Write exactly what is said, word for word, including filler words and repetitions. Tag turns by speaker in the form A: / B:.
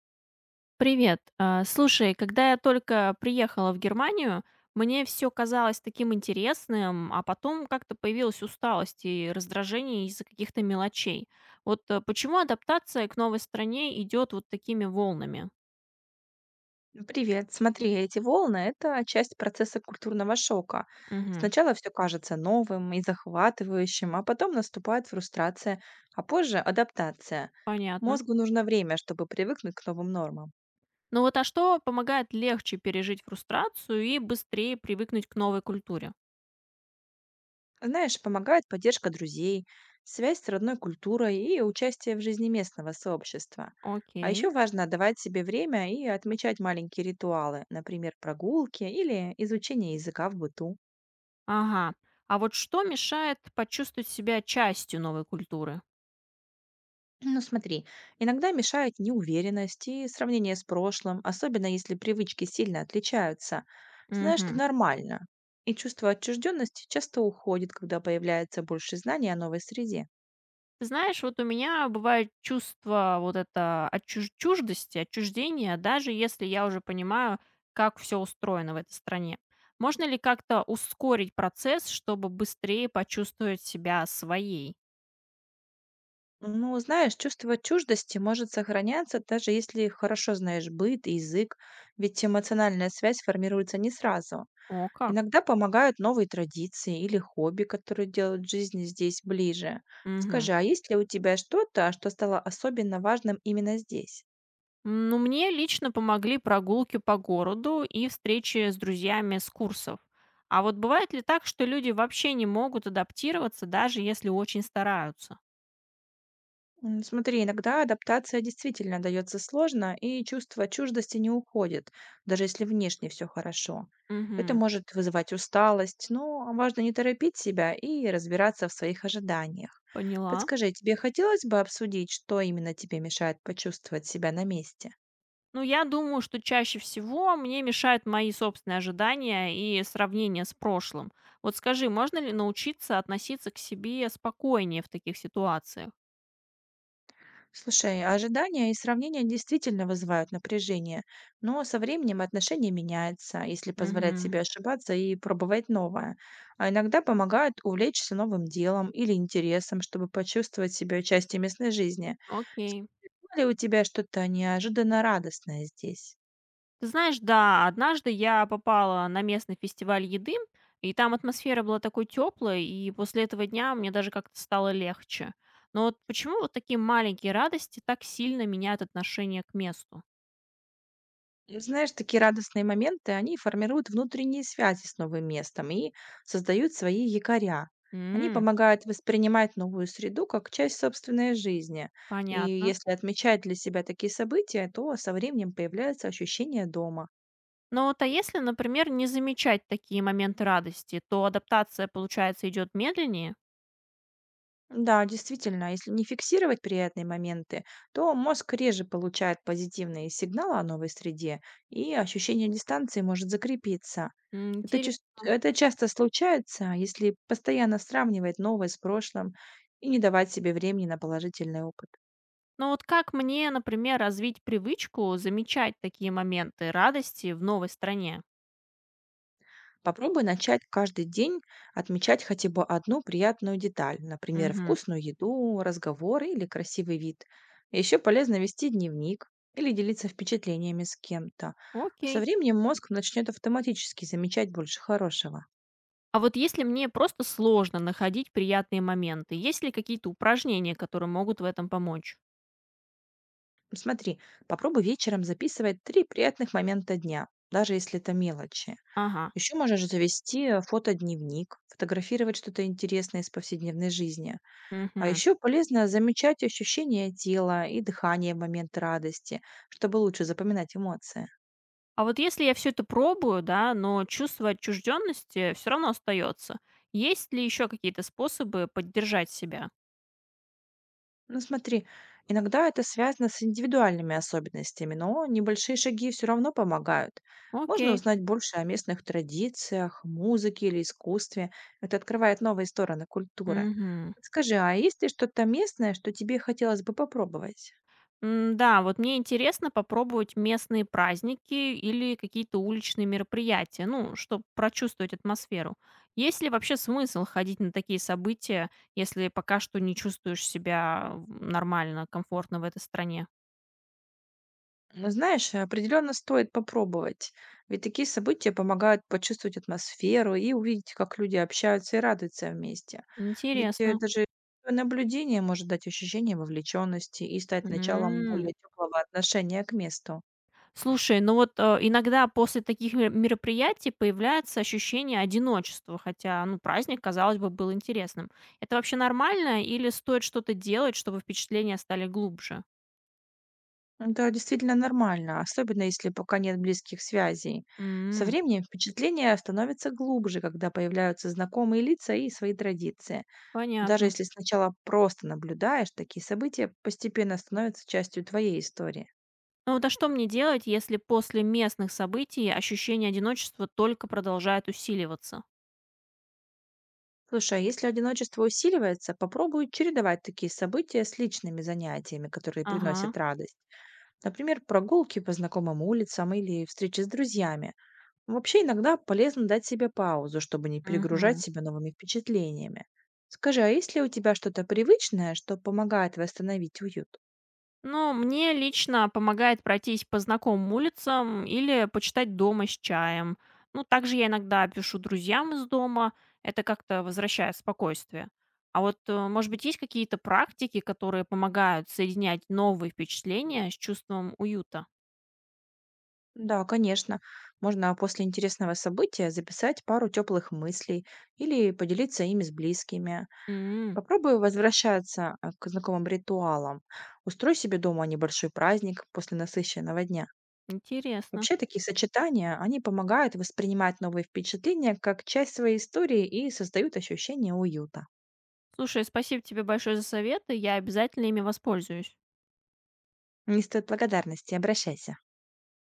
A: Привет. А, Слушай, когда я только приехала в Германию, мне все казалось таким интересным, а потом как-то появилась усталость и раздражение из-за каких-то мелочей. Вот э, почему адаптация к новой стране идет вот такими волнами?
B: Ну, привет. Смотри, эти волны — это часть процесса культурного шока.
A: Угу,
B: Сначала все кажется новым и захватывающим, а потом наступает фрустрация, а позже — адаптация.
A: понятно.
B: Мозгу нужно время, чтобы привыкнуть к новым нормам.
A: Ну вот а что помогает легче пережить фрустрацию и быстрее привыкнуть к новой культуре?
B: Знаешь, помогает поддержка друзей, связь с родной культурой и участие в жизни местного сообщества. А
A: Окей.
B: еще важно давать себе время и отмечать маленькие ритуалы, например, прогулки или изучение языка в быту.
A: Ага. А вот что мешает почувствовать себя частью новой культуры?
B: Ну, смотри, иногда мешают неуверенность и сравнение с прошлым, особенно если привычки сильно отличаются. Знаешь, что
A: Угу.
B: нормально. И чувство отчужденности часто уходит, когда появляется больше знаний о новой среде.
A: Ты знаешь, вот у меня бывает чувство вот это отчуж- чуждости, отчуждения, даже если я уже понимаю, как все устроено в этой стране. Можно ли как-то ускорить процесс, чтобы быстрее почувствовать себя своей?
B: Ну, знаешь, чувство чуждости может сохраняться, даже если хорошо знаешь быт и язык, ведь эмоциональная связь формируется не сразу.
A: О, как?
B: Иногда помогают новые традиции или хобби, которые делают жизнь здесь ближе.
A: Мгм.
B: Скажи, а есть ли у тебя что-то, что стало особенно важным именно здесь?
A: Ну, мне лично помогли прогулки по городу и встречи с друзьями с курсов. А вот бывает ли так, что люди вообще не могут адаптироваться, даже если очень стараются?
B: М, Смотри, иногда адаптация действительно дается сложно, и чувство чуждости не уходит, даже если внешне все хорошо. Это
A: Угу.
B: может вызывать усталость, но важно не торопить себя и разбираться в своих ожиданиях.
A: Поняла.
B: Подскажи, тебе хотелось бы обсудить, что именно тебе мешает почувствовать себя на месте?
A: Ну, я думаю, что чаще всего мне мешают мои собственные ожидания и сравнения с прошлым. Вот скажи, можно ли научиться относиться к себе спокойнее в таких ситуациях?
B: Слушай, ожидания и сравнения действительно вызывают напряжение, но со временем отношение меняется, если позволять
A: Мгм.
B: себе ошибаться и пробовать новое. А иногда помогают увлечься новым делом или интересом, чтобы почувствовать себя частью местной жизни.
A: Окей.
B: Скажи, было ли у тебя что-то неожиданно радостное здесь?
A: Ты знаешь, да, однажды я попала на местный фестиваль еды, и там атмосфера была такой теплой, и после этого дня мне даже как-то стало легче. Но вот почему вот такие маленькие радости так сильно меняют отношение к месту?
B: Ну, знаешь, такие радостные моменты, они формируют внутренние связи с новым местом и создают свои якоря. Они
A: М,
B: помогают воспринимать новую среду как часть собственной жизни. И
A: понятно.
B: если отмечать для себя такие события, то со временем появляется ощущение дома.
A: Но вот а если, например, не замечать такие моменты радости, то адаптация, получается, идет медленнее?
B: Да, действительно, если не фиксировать приятные моменты, то мозг реже получает позитивные сигналы о новой среде, и ощущение дистанции может закрепиться. Это,
A: Интересно.
B: чувс- это часто случается, если постоянно сравнивать новое с прошлым и не давать себе времени на положительный опыт.
A: Но вот как мне, например, развить привычку замечать такие моменты радости в новой стране?
B: Попробуй начать каждый день отмечать хотя бы одну приятную деталь, например,
A: Мгм.
B: вкусную еду, разговор или красивый вид. Еще полезно вести дневник или делиться впечатлениями с кем-то.
A: Окей.
B: Со временем мозг начнет автоматически замечать больше хорошего.
A: А вот если мне просто сложно находить приятные моменты, есть ли какие-то упражнения, которые могут в этом помочь?
B: Смотри, попробуй вечером записывать три приятных момента дня, даже если это мелочи.
A: Ага.
B: Еще можешь завести э, фотодневник, фотографировать что-то интересное из повседневной жизни. А
A: Мгм.
B: еще полезно замечать ощущения тела и дыхание в момент радости, чтобы лучше запоминать эмоции.
A: А вот если я все это пробую, да, но чувство отчужденности все равно остается, есть ли еще какие-то способы поддержать себя?
B: Ну смотри, иногда это связано с индивидуальными особенностями, но небольшие шаги все равно помогают. Можно
A: Окей.
B: узнать больше о местных традициях, музыке или искусстве. Это открывает новые стороны культуры.
A: Мгм.
B: Скажи, а есть ли что-то местное, что тебе хотелось бы попробовать?
A: М, да, вот мне интересно попробовать местные праздники или какие-то уличные мероприятия, ну, чтобы прочувствовать атмосферу. Есть ли вообще смысл ходить на такие события, если пока что не чувствуешь себя нормально, комфортно в этой стране?
B: Ну, знаешь, э, определенно стоит попробовать, ведь такие события помогают почувствовать атмосферу и увидеть, как люди общаются и радуются вместе. Ведь э,
A: Интересно.
B: даже наблюдение может дать ощущение вовлеченности и стать началом более теплого отношения к месту.
A: Слушай, ну вот, э, иногда после таких мер мероприятий появляется ощущение одиночества, хотя, ну, праздник, казалось бы, был интересным. Это вообще нормально или стоит что-то делать, чтобы впечатления стали глубже?
B: Это действительно нормально, особенно если пока нет близких связей. Со
A: М,
B: временем впечатления становятся глубже, когда появляются знакомые лица и свои традиции. Даже
A: понятно.
B: если сначала просто наблюдаешь, такие события постепенно становятся частью твоей истории.
A: Ну вот, а что мне делать, если после местных событий ощущение одиночества только продолжает усиливаться?
B: Слушай, а если одиночество усиливается, попробуй чередовать такие события с личными занятиями, которые
A: Ага.
B: приносят радость. Например, прогулки по знакомым улицам или встречи с друзьями. Вообще иногда полезно дать себе паузу, чтобы не перегружать
A: Мгм.
B: себя новыми впечатлениями. Скажи, а есть ли у тебя что-то привычное, что помогает восстановить уют?
A: Но мне лично помогает пройтись по знакомым улицам или почитать дома с чаем. Ну, также я иногда пишу друзьям из дома, это как-то возвращает спокойствие. А вот, э, может быть, есть какие-то практики, которые помогают соединять новые впечатления с чувством уюта?
B: Да, конечно. Можно после интересного события записать пару теплых мыслей или поделиться ими с близкими.
A: М,
B: Попробуй возвращаться а, к знакомым ритуалам. Устрой себе дома небольшой праздник после насыщенного дня.
A: интересно.
B: Вообще такие сочетания, они помогают воспринимать новые впечатления как часть своей истории и создают ощущение уюта.
A: Слушай, спасибо тебе большое за советы, я обязательно ими воспользуюсь.
B: Не стоит благодарности, обращайся.